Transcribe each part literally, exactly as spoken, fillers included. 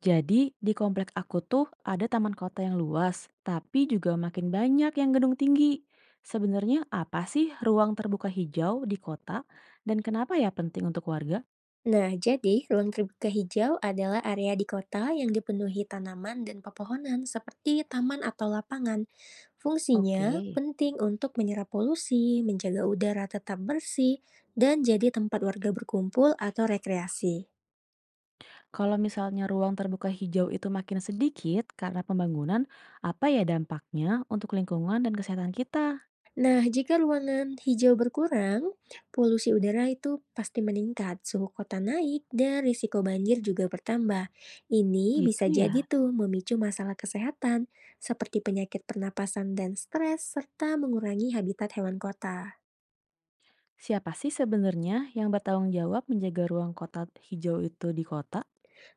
Jadi di komplek aku tuh ada taman kota yang luas, tapi juga makin banyak yang gedung tinggi. Sebenarnya apa sih ruang terbuka hijau di kota dan kenapa ya penting untuk warga? Nah, jadi ruang terbuka hijau adalah area di kota yang dipenuhi tanaman dan pepohonan seperti taman atau lapangan. Fungsinya Oke. penting untuk menyerap polusi, menjaga udara tetap bersih, dan jadi tempat warga berkumpul atau rekreasi. Kalau misalnya ruang terbuka hijau itu makin sedikit karena pembangunan, apa ya dampaknya untuk lingkungan dan kesehatan kita? Nah, jika ruangan hijau berkurang, polusi udara itu pasti meningkat, suhu kota naik, dan risiko banjir juga bertambah. Ini Gitu bisa ya. jadi tuh memicu masalah kesehatan, seperti penyakit pernapasan dan stres, serta mengurangi habitat hewan kota. Siapa sih sebenarnya yang bertanggung jawab menjaga ruang kota hijau itu di kota?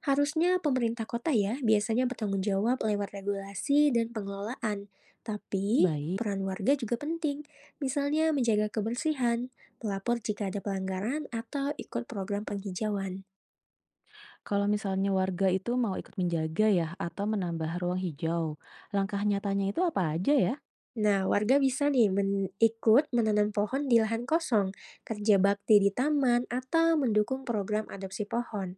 Harusnya pemerintah kota ya biasanya bertanggung jawab lewat regulasi dan pengelolaan. Tapi, Baik. peran warga juga penting, misalnya menjaga kebersihan, melapor jika ada pelanggaran, atau ikut program penghijauan. Kalau misalnya warga itu mau ikut menjaga ya atau menambah ruang hijau, langkah nyatanya itu apa aja ya? Nah, warga bisa nih men- ikut menanam pohon di lahan kosong, kerja bakti di taman, atau mendukung program adopsi pohon.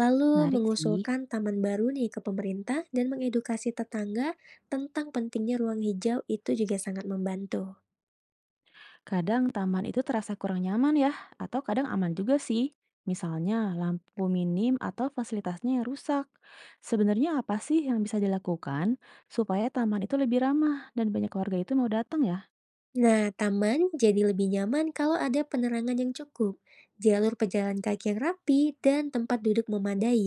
Lalu Menarik sih. mengusulkan taman baru nih ke pemerintah dan mengedukasi tetangga tentang pentingnya ruang hijau itu juga sangat membantu. Kadang taman itu terasa kurang nyaman ya, atau kadang aman juga sih. Misalnya lampu minim atau fasilitasnya yang rusak. Sebenarnya apa sih yang bisa dilakukan supaya taman itu lebih ramah dan banyak warga itu mau datang ya? Nah, taman jadi lebih nyaman kalau ada penerangan yang cukup, jalur pejalan kaki yang rapi, dan tempat duduk memadai.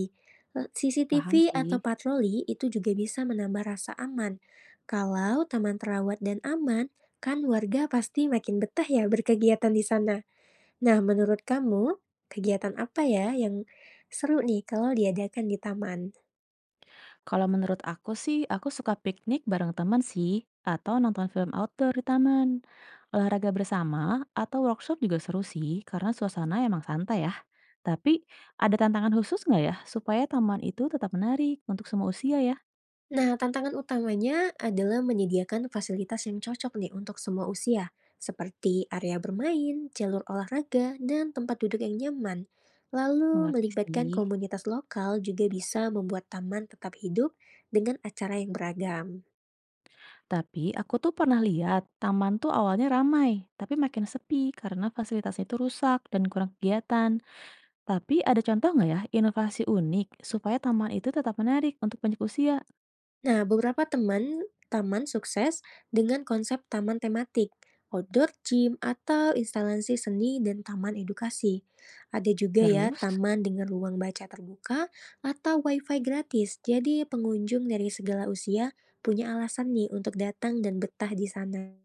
L- C C T V Paham atau sih. patroli itu juga bisa menambah rasa aman. Kalau taman terawat dan aman, kan warga pasti makin betah ya berkegiatan di sana. Nah, menurut kamu, kegiatan apa ya yang seru nih kalau diadakan di taman? Kalau menurut aku sih, aku suka piknik bareng teman sih, atau nonton film outdoor di taman. Olahraga bersama atau workshop juga seru sih, karena suasana emang santai ya. Tapi ada tantangan khusus nggak ya, supaya taman itu tetap menarik untuk semua usia ya? Nah, tantangan utamanya adalah menyediakan fasilitas yang cocok nih untuk semua usia, seperti area bermain, jalur olahraga, dan tempat duduk yang nyaman. Lalu, Mengerti melibatkan sih. komunitas lokal juga bisa membuat taman tetap hidup dengan acara yang beragam. Tapi aku tuh pernah lihat, taman tuh awalnya ramai, tapi makin sepi karena fasilitasnya itu rusak dan kurang kegiatan. Tapi ada contoh nggak ya, inovasi unik supaya taman itu tetap menarik untuk banyak usia? Nah, beberapa teman taman sukses dengan konsep taman tematik, outdoor gym, atau instalasi seni dan taman edukasi. Ada juga ya Terus? taman dengan ruang baca terbuka atau wifi gratis, jadi pengunjung dari segala usia punya alasan nih untuk datang dan betah di sana.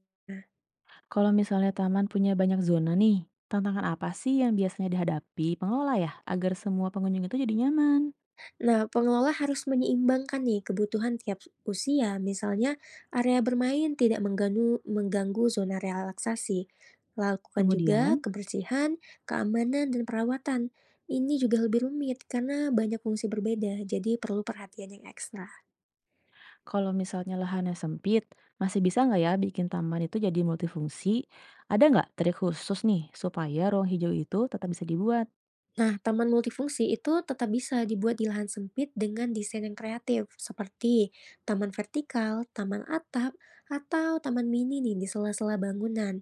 Kalau misalnya taman punya banyak zona nih, tantangan apa sih yang biasanya dihadapi pengelola ya agar semua pengunjung itu jadi nyaman? Nah, pengelola harus menyeimbangkan nih kebutuhan tiap usia, misalnya area bermain tidak mengganggu, mengganggu zona relaksasi. Lakukan juga Kemudian, kebersihan, keamanan, dan perawatan. Ini juga lebih rumit karena banyak fungsi berbeda, jadi perlu perhatian yang ekstra. kalau misalnya lahannya sempit, masih bisa nggak ya bikin taman itu jadi multifungsi? Ada nggak trik khusus nih supaya ruang hijau itu tetap bisa dibuat? Nah, taman multifungsi itu tetap bisa dibuat di lahan sempit dengan desain yang kreatif, seperti taman vertikal, taman atap, atau taman mini nih di sela-sela bangunan.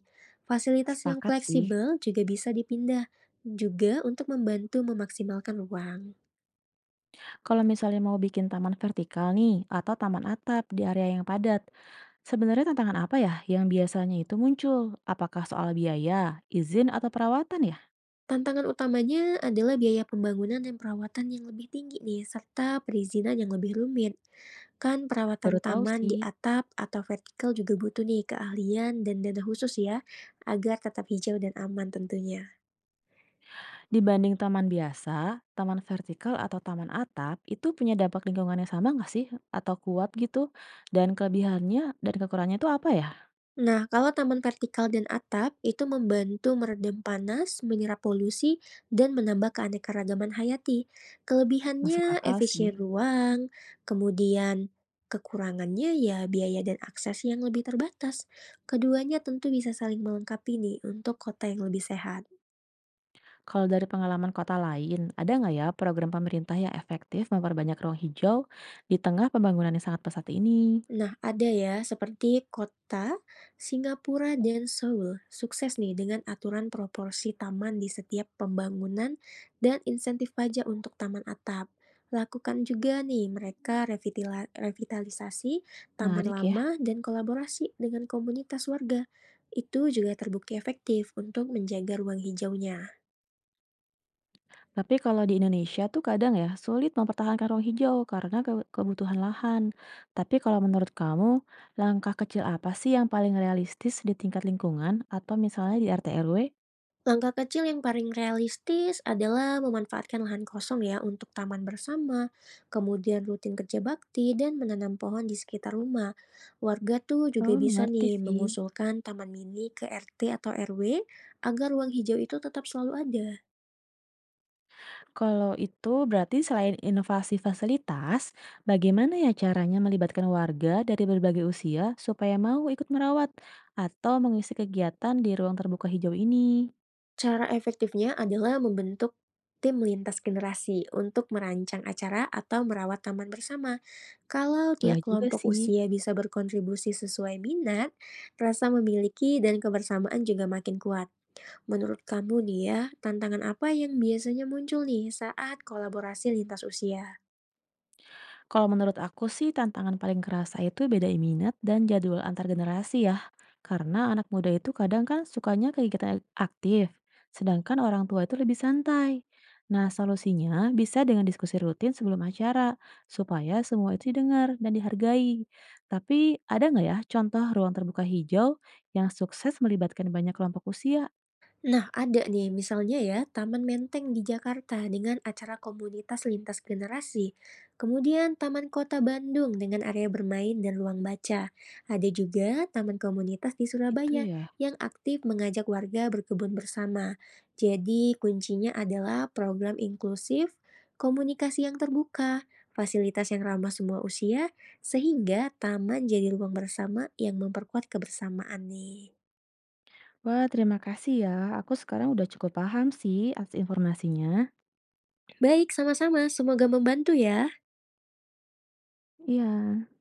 Fasilitas yang Sepakat sih, fleksibel juga bisa dipindah, juga untuk membantu memaksimalkan ruang. kalau misalnya mau bikin taman vertikal nih atau taman atap di area yang padat, sebenarnya tantangan apa ya yang biasanya itu muncul? Apakah soal biaya, izin, atau perawatan ya? Tantangan utamanya adalah biaya pembangunan dan perawatan yang lebih tinggi nih, serta perizinan yang lebih rumit. Kan perawatan Baru tahu taman di sih. atap atau vertikal juga butuh nih keahlian dan dana khusus ya, agar tetap hijau dan aman tentunya. Dibanding taman biasa, taman vertikal atau taman atap itu punya dampak lingkungannya sama nggak sih? Atau kuat gitu? Dan kelebihannya dan kekurangannya itu apa ya? Nah, kalau taman vertikal dan atap itu membantu meredam panas, menyerap polusi, dan menambah keanekaragaman hayati. Kelebihannya Masuk akal sih. efisien ruang, kemudian kekurangannya ya biaya dan akses yang lebih terbatas. Keduanya tentu bisa saling melengkapi nih untuk kota yang lebih sehat. Kalau dari pengalaman kota lain, ada nggak ya program pemerintah yang efektif memperbanyak ruang hijau di tengah pembangunan yang sangat pesat ini? Nah, ada ya, seperti kota Singapura dan Seoul, sukses nih dengan aturan proporsi taman di setiap pembangunan dan insentif pajak untuk taman atap. Lakukan juga nih mereka revitila- revitalisasi taman Menarik ya. lama dan kolaborasi dengan komunitas warga. Itu juga terbukti efektif untuk menjaga ruang hijaunya. Tapi kalau di Indonesia tuh kadang ya sulit mempertahankan ruang hijau karena ke- kebutuhan lahan. Tapi kalau menurut kamu, langkah kecil apa sih yang paling realistis di tingkat lingkungan atau misalnya di R T R W? Langkah kecil yang paling realistis adalah memanfaatkan lahan kosong ya untuk taman bersama, kemudian rutin kerja bakti dan menanam pohon di sekitar rumah. Warga tuh juga Oh, bisa mengerti nih sih. mengusulkan taman mini ke R T atau R W agar ruang hijau itu tetap selalu ada. Kalau itu berarti selain inovasi fasilitas, bagaimana ya caranya melibatkan warga dari berbagai usia supaya mau ikut merawat atau mengisi kegiatan di ruang terbuka hijau ini? Cara efektifnya adalah membentuk tim lintas generasi untuk merancang acara atau merawat taman bersama. Kalau tiap Boleh juga kelompok sih. usia bisa berkontribusi sesuai minat, rasa memiliki dan kebersamaan juga makin kuat. Menurut kamu nih ya, tantangan apa yang biasanya muncul nih saat kolaborasi lintas usia? Kalau menurut aku sih tantangan paling kerasa itu beda minat dan jadwal antar generasi ya. Karena anak muda itu kadang kan sukanya kegiatan aktif, sedangkan orang tua itu lebih santai. Nah, solusinya bisa dengan diskusi rutin sebelum acara, supaya semua itu didengar dan dihargai. Tapi ada nggak ya contoh ruang terbuka hijau yang sukses melibatkan banyak kelompok usia? Nah, ada nih, misalnya ya, Taman Menteng di Jakarta dengan acara komunitas lintas generasi. Kemudian Taman Kota Bandung dengan area bermain dan ruang baca. Ada juga Taman Komunitas di Itu Surabaya ya. yang aktif mengajak warga berkebun bersama. Jadi, kuncinya adalah program inklusif, komunikasi yang terbuka, fasilitas yang ramah semua usia, sehingga taman jadi ruang bersama yang memperkuat kebersamaan nih. Wah, terima kasih ya. Aku sekarang udah cukup paham sih atas informasinya. Baik, sama-sama. Semoga membantu ya. Iya.